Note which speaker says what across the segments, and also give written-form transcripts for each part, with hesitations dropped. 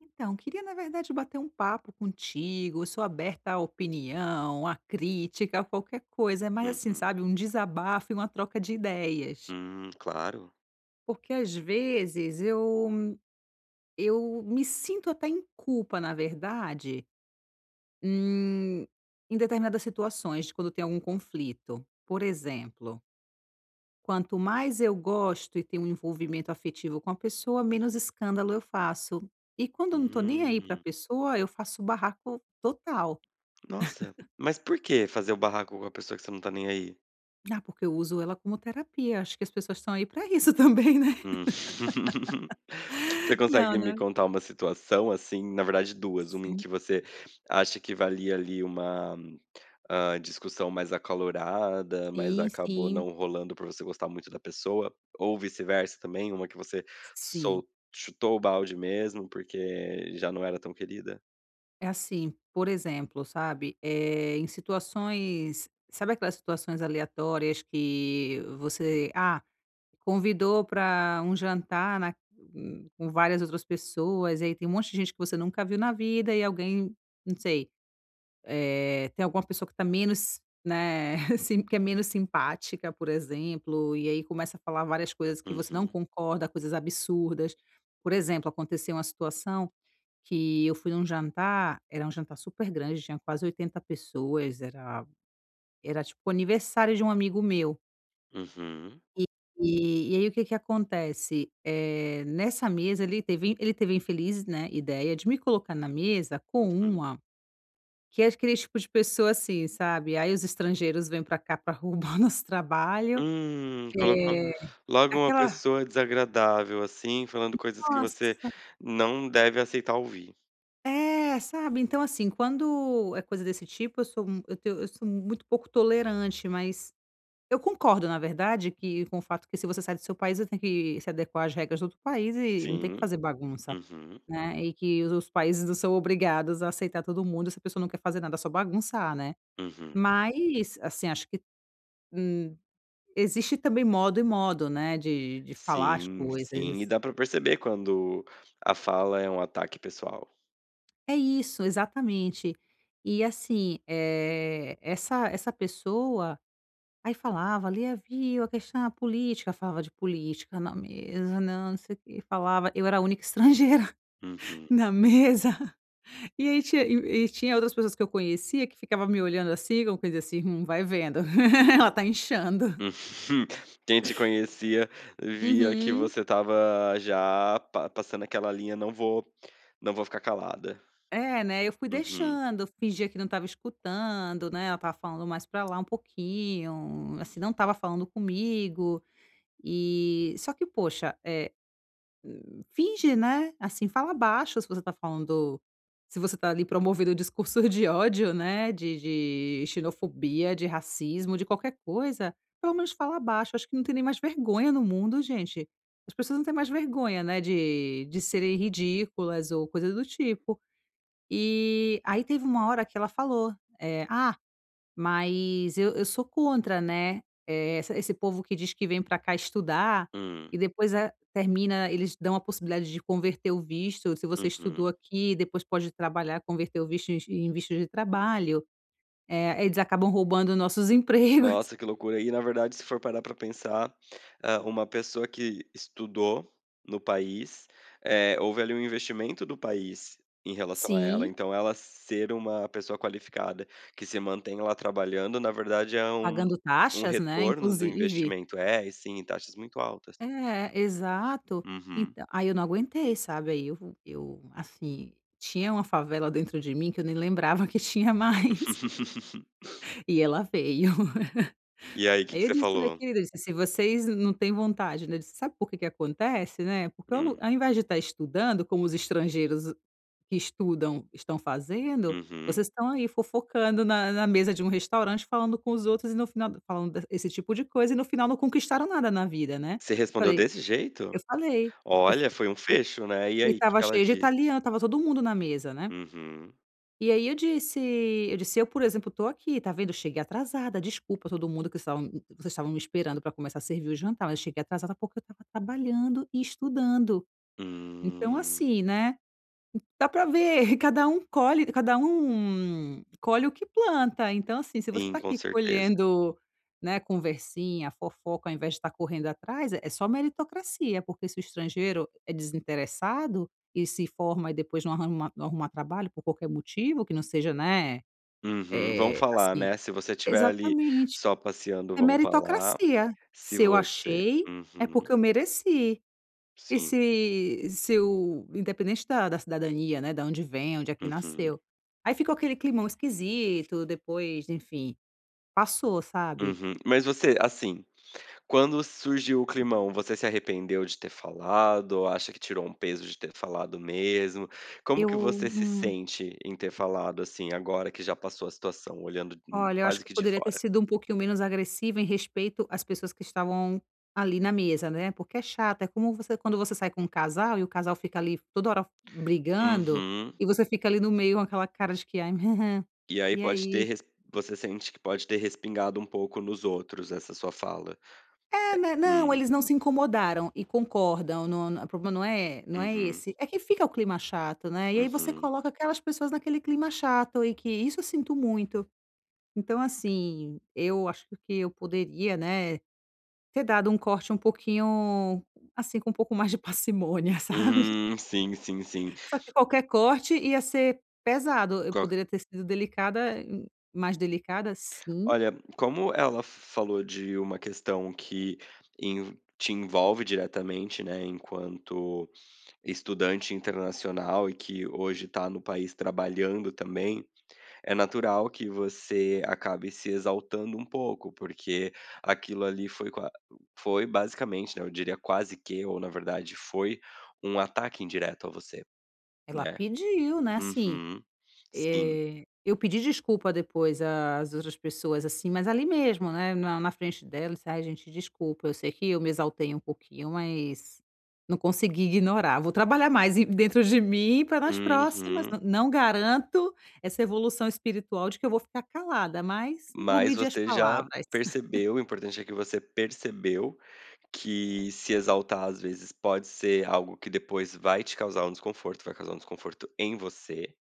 Speaker 1: Então, queria, na verdade, bater um papo contigo. Sou aberta à opinião, à crítica, a qualquer coisa, mas assim,
Speaker 2: Uhum.
Speaker 1: sabe, um desabafo e uma troca de ideias.
Speaker 2: Claro.
Speaker 1: Porque às vezes eu me sinto até em culpa, na verdade, em, em determinadas situações, de quando tem algum conflito. Por exemplo, quanto mais eu gosto e tenho um envolvimento afetivo com a pessoa, menos
Speaker 2: Uhum.
Speaker 1: escândalo eu faço. E quando eu não tô nem aí pra
Speaker 2: Hum.
Speaker 1: pessoa, eu faço barraco total.
Speaker 2: Nossa, mas por que fazer o barraco com a pessoa que você não tá nem aí?
Speaker 1: Ah, porque eu uso ela como terapia, acho que as pessoas estão aí para isso também, né.
Speaker 2: Hum. Você
Speaker 1: Não,
Speaker 2: consegue me
Speaker 1: né.
Speaker 2: contar uma situação, assim na verdade 2: uma em
Speaker 1: Sim.
Speaker 2: que você acha que valia ali uma discussão mais acalorada, mas
Speaker 1: Sim,
Speaker 2: acabou
Speaker 1: sim,
Speaker 2: não rolando por você gostar muito da pessoa, ou vice-versa também, uma que você
Speaker 1: sim.
Speaker 2: sol chutou o balde mesmo, porque já não era tão querida?
Speaker 1: É assim, por exemplo, sabe, é em situações sabe aquelas situações aleatórias que você, convidou para um jantar na com várias outras pessoas, e aí tem um monte de gente que você nunca viu na vida e alguém, não sei. Tem alguma pessoa que tá menos, né, assim, que é menos simpática, por exemplo, e aí começa a falar várias coisas que você não
Speaker 2: Uhum,
Speaker 1: concorda, coisas absurdas. Por exemplo, aconteceu uma situação que eu fui num jantar, era um jantar super grande, tinha quase 80 pessoas, era era tipo o aniversário de um amigo meu.
Speaker 2: uhum,
Speaker 1: E e aí o que que acontece, é nessa mesa ele teve a infeliz, né, ideia de me colocar na mesa com
Speaker 2: uhum.
Speaker 1: uma que é aquele tipo de pessoa assim, sabe, aí os estrangeiros vêm pra cá pra roubar nosso trabalho,
Speaker 2: Colocou
Speaker 1: eh,
Speaker 2: logo uma
Speaker 1: aquela,
Speaker 2: pessoa desagradável, assim, falando coisas que você
Speaker 1: nossa,
Speaker 2: não deve aceitar ouvir.
Speaker 1: é, sabe, então assim, quando é coisa desse tipo eu sou muito pouco tolerante, mas eu concordo na verdade que com o fato que se você sai do seu país, você tem que se adequar às regras do outro país e não tem que
Speaker 2: Sim,
Speaker 1: fazer bagunça,
Speaker 2: uhum,
Speaker 1: né, e que os países não são obrigados a aceitar todo mundo, se a pessoa não quer fazer nada, é só bagunçar, né.
Speaker 2: uhum.
Speaker 1: Mas, assim, acho que, hum existe também modo e modo, né, de falar as
Speaker 2: Sim, sim, e
Speaker 1: coisas.
Speaker 2: dá pra perceber quando a fala é um ataque pessoal.
Speaker 1: É isso, exatamente. E assim, essa pessoa aí falava ali, havia a questão é a política, falava de política na mesa, não, não sei o quê, falava eu era a única estrangeira
Speaker 2: Uhum.
Speaker 1: na mesa, e aí tinha e tinha outras pessoas que eu conhecia que ficava me olhando assim, como quem diz assim: vai vendo, ela tá inchando".
Speaker 2: Uhum. Quem te conhecia via que
Speaker 1: Uhum.
Speaker 2: você estava já pa passando aquela linha: "Não vou ficar calada".
Speaker 1: É, né, eu fui
Speaker 2: Uhum.
Speaker 1: deixando, fingia que não estava escutando, né, ela estava falando mais pra lá um pouquinho, assim, não estava falando comigo, e só que poxa, finge, né, assim, fala baixo se você tá ali promovendo o discurso de ódio, né, de xenofobia, de racismo, de qualquer coisa, pelo menos fala baixo, acho que não tem nem mais vergonha no mundo gente, as pessoas não têm mais vergonha, né, de serem ridículas ou coisa do tipo. E aí teve uma hora que ela falou, "Ah, mas eu sou contra, né, essa esse povo que diz que vem para cá estudar
Speaker 2: Hum,
Speaker 1: e depois, termina eles dão a possibilidade de converter o visto, se você
Speaker 2: uhum.
Speaker 1: estudou aqui, depois pode trabalhar, converter o visto em visto de trabalho. Eles acabam roubando nossos empregos".
Speaker 2: Nossa, que loucura. E na verdade, se for parar para pensar, uma pessoa que estudou no país, houve ali um investimento do país em relação a ela,
Speaker 1: Sim,
Speaker 2: então ela ser uma pessoa qualificada que se mantém lá trabalhando, na verdade é um
Speaker 1: pagando
Speaker 2: um
Speaker 1: taxas, né,
Speaker 2: retorno do
Speaker 1: inclusive.
Speaker 2: investimento. É, e sim, taxas muito altas.
Speaker 1: É, exato.
Speaker 2: Uhum.
Speaker 1: Então, aí eu não aguentei, sabe, aí assim, tinha uma favela dentro de mim que eu nem lembrava que tinha mais, e ela veio.
Speaker 2: E aí, o que
Speaker 1: Aí
Speaker 2: que
Speaker 1: eu
Speaker 2: você
Speaker 1: disse: "Olha,
Speaker 2: falou?
Speaker 1: querida", eu disse: "Se vocês não têm vontade", né, eu disse: "Sabe por que que acontece, né, porque
Speaker 2: Hum,
Speaker 1: ao invés de estar estudando, como os estrangeiros que estudam estão fazendo,
Speaker 2: uhum.
Speaker 1: vocês estão aí fofocando na mesa de um restaurante, falando com os outros e no final falando esse tipo de coisa e no final não conquistaram nada na vida, né".
Speaker 2: Você respondeu
Speaker 1: Falei,
Speaker 2: desse jeito?
Speaker 1: eu falei, eu
Speaker 2: Olha,
Speaker 1: fa
Speaker 2: foi um
Speaker 1: e
Speaker 2: fecho, né. E
Speaker 1: e
Speaker 2: aí, o que
Speaker 1: estava
Speaker 2: que ela
Speaker 1: cheio de
Speaker 2: disse?
Speaker 1: italiano, estava todo mundo na mesa, né.
Speaker 2: Uhum.
Speaker 1: E aí eu disse: "Eu, por exemplo, estou aqui, tá vendo, eu cheguei atrasada, desculpa a todo mundo que estavam vocês estavam me esperando para começar a servir o jantar, mas eu cheguei atrasada porque eu estava trabalhando e estudando. Então
Speaker 2: Hum.
Speaker 1: assim, né". Dá para ver, cada um colhe o que planta. Então, assim, se você
Speaker 2: Sim,
Speaker 1: está
Speaker 2: com
Speaker 1: aqui
Speaker 2: certeza.
Speaker 1: colhendo, né, conversinha, fofoca, ao invés de estar correndo atrás, é só meritocracia, porque se o estrangeiro é desinteressado e se forma e depois não arruma trabalho por qualquer motivo que não seja, né,
Speaker 2: Uhum. Vão
Speaker 1: eh,
Speaker 2: falar,
Speaker 1: assim
Speaker 2: né, se você estiver ali
Speaker 1: exatamente.
Speaker 2: só passeando,
Speaker 1: É
Speaker 2: vão falar.
Speaker 1: meritocracia.
Speaker 2: Se
Speaker 1: Se eu
Speaker 2: você
Speaker 1: achei, é
Speaker 2: Uhum.
Speaker 1: porque eu mereci.
Speaker 2: Sim.
Speaker 1: Esse seu independente da cidadania, né, da onde vem, onde é que
Speaker 2: Uhum.
Speaker 1: nasceu. Aí ficou aquele climão esquisito, depois, enfim, passou, sabe.
Speaker 2: Uhum. Mas você, assim, quando surgiu o climão, você se arrependeu de ter falado ou acha que tirou um peso de ter falado mesmo? Como que
Speaker 1: Eu,
Speaker 2: você se sente em ter falado, assim, agora que já passou a situação, olhando,
Speaker 1: olha, eu acho
Speaker 2: quase
Speaker 1: que eu
Speaker 2: que de
Speaker 1: poderia ter
Speaker 2: fora?
Speaker 1: sido um pouquinho menos agressiva em respeito às pessoas que estavam ali na mesa, né, porque é chato, é como você quando você sai com um casal e o casal fica ali toda hora brigando,
Speaker 2: Uhum.
Speaker 1: e você fica ali no meio com aquela cara de que: "Ai,
Speaker 2: E aí
Speaker 1: e
Speaker 2: pode ter
Speaker 1: aí?".
Speaker 2: res Você sente que pode ter respingado um pouco nos outros essa sua fala?
Speaker 1: É, né, não,
Speaker 2: Hum,
Speaker 1: eles não se incomodaram e concordam, não não o problema não é não é
Speaker 2: uhum,
Speaker 1: esse. É que fica o clima chato, né, e aí você
Speaker 2: uhum.
Speaker 1: coloca aquelas pessoas naquele clima chato e que isso eu sinto muito. Então assim, eu acho que eu poderia, né, ter dado um corte um pouquinho, assim, com um pouco mais de parcimônia, sabe.
Speaker 2: Sim, sim, sim.
Speaker 1: Só que qualquer corte ia ser pesado, eu
Speaker 2: Co
Speaker 1: poderia ter sido delicada, mais delicada, sim,
Speaker 2: Olha, como ela falou de uma questão que te envolve diretamente, né, enquanto estudante internacional e que hoje está no país trabalhando também, é natural que você acabe se exaltando um pouco, porque aquilo ali foi qua foi basicamente, né, eu diria quase que, ou na verdade foi, um ataque indireto a você,
Speaker 1: ela
Speaker 2: né.
Speaker 1: pediu, né, assim.
Speaker 2: Uhum. Sim.
Speaker 1: Eu pedi desculpa depois às outras pessoas, assim, mas ali mesmo, né, na frente dela, disse: "Ai gente, desculpa, eu sei que eu me exaltei um pouquinho, mas não consegui ignorar, vou trabalhar mais em dentro de mim para nas próximas,
Speaker 2: Uhum.
Speaker 1: n não garanto essa evolução espiritual de que eu vou ficar calada, mas vou
Speaker 2: Mas
Speaker 1: medir as
Speaker 2: você já
Speaker 1: palavras".
Speaker 2: percebeu, o importante é que você percebeu que se exaltar às vezes pode ser algo que depois vai te causar um desconforto, vai causar um desconforto em você.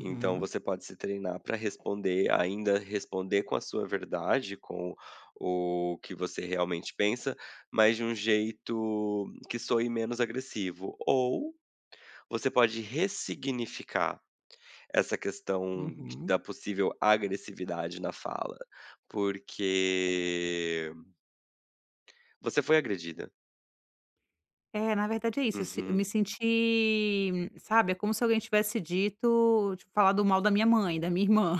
Speaker 2: Então você pode se treinar para responder, ainda responder com a sua verdade, com o que você realmente pensa, mas de um jeito que soe menos agressivo. Ou você pode ressignificar essa questão d
Speaker 1: uhum.
Speaker 2: da possível agressividade na fala, porque você foi agredida.
Speaker 1: É, na verdade é isso, eu se eu
Speaker 2: Uhum,
Speaker 1: me senti, sabe, é como se alguém tivesse dito, tipo, falado mal da minha mãe, da minha irmã.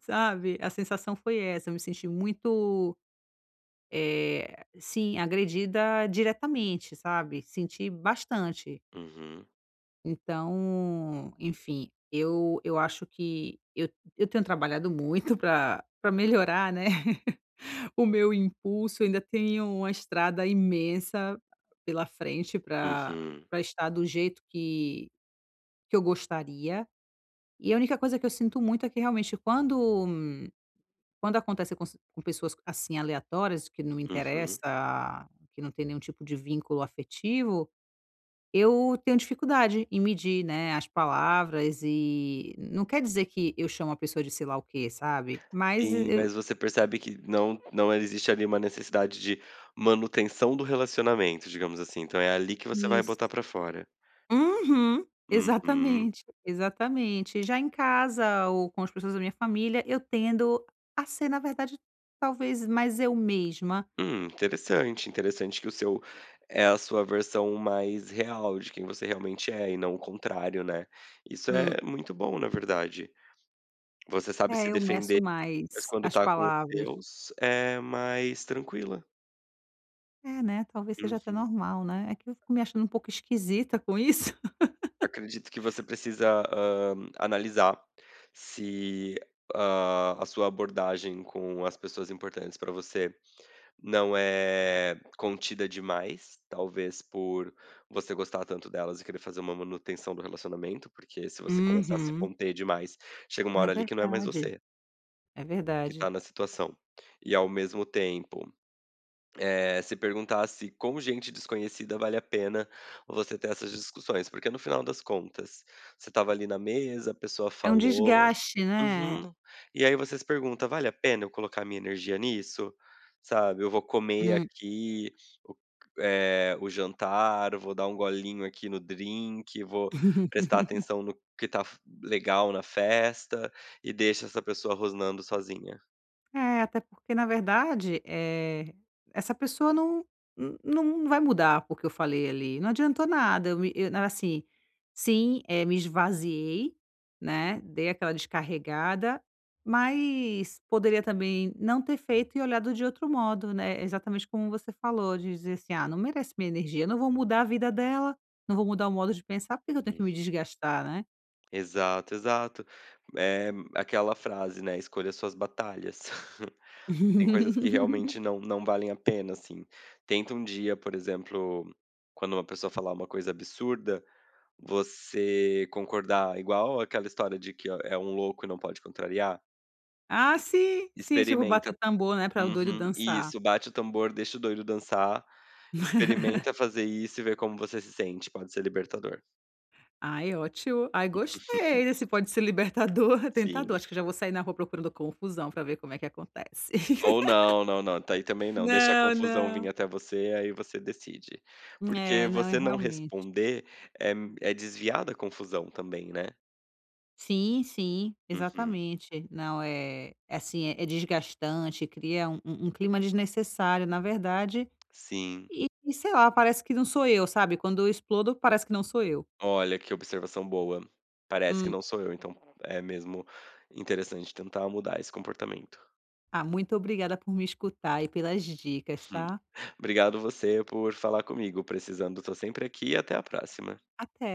Speaker 1: Sabe, a sensação foi essa, eu me senti muito, sim, agredida diretamente, sabe, senti bastante.
Speaker 2: uhum,
Speaker 1: Então, enfim, eu acho que eu tenho trabalhado muito para melhorar, né, o meu impulso. Eu ainda tenho uma estrada imensa pela frente para
Speaker 2: uhum,
Speaker 1: estar do jeito que eu gostaria. E a única coisa que eu sinto muito é que realmente quando acontece com s com pessoas assim aleatórias, que não me
Speaker 2: uhum.
Speaker 1: interessa, que não tem nenhum tipo de vínculo afetivo, eu tenho dificuldade em medir, né, as palavras e não quer dizer que eu chamo a pessoa de sei lá o quê, sabe, mas
Speaker 2: Sim,
Speaker 1: eu
Speaker 2: mas você percebe que não existe ali uma necessidade de manutenção do relacionamento, digamos assim, então é ali que você vai botar
Speaker 1: isso.
Speaker 2: pra fora.
Speaker 1: Uhum.
Speaker 2: Uhum.
Speaker 1: Exatamente, exatamente. Já em casa ou com as pessoas da minha família, eu tendo a ser, na verdade, talvez mais eu mesma.
Speaker 2: Interessante, interessante que o seu é a sua versão mais real de quem você realmente é e não o contrário, né. Isso
Speaker 1: Hum,
Speaker 2: é muito bom, na verdade. Você sabe
Speaker 1: é,
Speaker 2: se
Speaker 1: eu
Speaker 2: defender,
Speaker 1: meço
Speaker 2: mas
Speaker 1: mais
Speaker 2: quando
Speaker 1: as
Speaker 2: tá com os
Speaker 1: palavras.
Speaker 2: seus, é mais tranquila.
Speaker 1: É, né, talvez seja
Speaker 2: Hum.
Speaker 1: até normal, né. É que eu fico me achando um pouco esquisita com isso.
Speaker 2: Acredito que você precisa, hã, analisar se, hã, a sua abordagem com as pessoas importantes para você não é contida demais, talvez por você gostar tanto delas e querer fazer uma manutenção do relacionamento, porque se você começar a se
Speaker 1: Uhum.
Speaker 2: conter demais, chega uma
Speaker 1: É
Speaker 2: hora ali que não é mais
Speaker 1: verdade,
Speaker 2: você
Speaker 1: é
Speaker 2: que
Speaker 1: verdade.
Speaker 2: tá na situação. E ao mesmo tempo se perguntasse com gente desconhecida vale a pena você ter essas discussões, porque no final das contas, você estava ali na mesa, a pessoa
Speaker 1: É um
Speaker 2: falou.
Speaker 1: desgaste, né.
Speaker 2: Uhum. E aí você se pergunta: "Vale a pena eu colocar minha energia nisso?", sabe, "Eu vou comer aqui o o jantar, vou dar um golinho aqui no drink, vou prestar atenção no que tá f legal na festa", e deixa essa pessoa rosnando sozinha.
Speaker 1: É, até porque na verdade, essa pessoa não vai mudar porque eu falei ali, não adiantou nada, eu me eu na- assim, sim, é, me esvaziei, né, dei aquela descarregada, mas poderia também não ter feito e olhado de outro modo, né, exatamente como você falou, de dizer assim: "Ah, não merece minha energia, eu não vou mudar a vida dela, não vou mudar o modo de pensar, por que que eu tenho que me desgastar, né?".
Speaker 2: Exato, exato. É aquela frase, né, escolha suas batalhas. Tem coisas que realmente não valem a pena, assim. Tenta um dia, por exemplo, quando uma pessoa falar uma coisa absurda, você concordar, igual aquela história de que ó, é um louco e não pode contrariar.
Speaker 1: Ah, sim, sim, tipo
Speaker 2: Experimenta.
Speaker 1: bater tambor, né, para o doido
Speaker 2: Uhum,
Speaker 1: dançar.
Speaker 2: isso, bate o tambor, deixa o doido dançar, experimenta fazer isso e ver como você se sente, pode ser libertador.
Speaker 1: Ai, ótimo. Ai, gostei desse pode ser libertador,
Speaker 2: Sim.
Speaker 1: tentador. Acho que já vou sair na rua procurando confusão para ver como é que acontece.
Speaker 2: Ou não, não, não, tá aí também não, deixa a
Speaker 1: Não,
Speaker 2: confusão vir
Speaker 1: não.
Speaker 2: até você, aí você decide. Porque
Speaker 1: É, não, é
Speaker 2: você não
Speaker 1: realmente.
Speaker 2: responder é é desviar da confusão também, né.
Speaker 1: Sim, sim,
Speaker 2: Uhum.
Speaker 1: exatamente. Não, é é assim, é é desgastante, cria um um clima desnecessário, na verdade,
Speaker 2: Sim.
Speaker 1: e sei lá, parece que não sou eu, sabe, quando eu explodo, parece que não sou eu.
Speaker 2: Olha, que observação boa. Parece que
Speaker 1: Hum.
Speaker 2: não sou eu, então é mesmo interessante tentar mudar esse comportamento.
Speaker 1: Ah, muito obrigada por me escutar e pelas dicas,
Speaker 2: Hum.
Speaker 1: tá?
Speaker 2: Obrigado você por falar comigo, precisando tô sempre aqui e até a próxima.
Speaker 1: Até.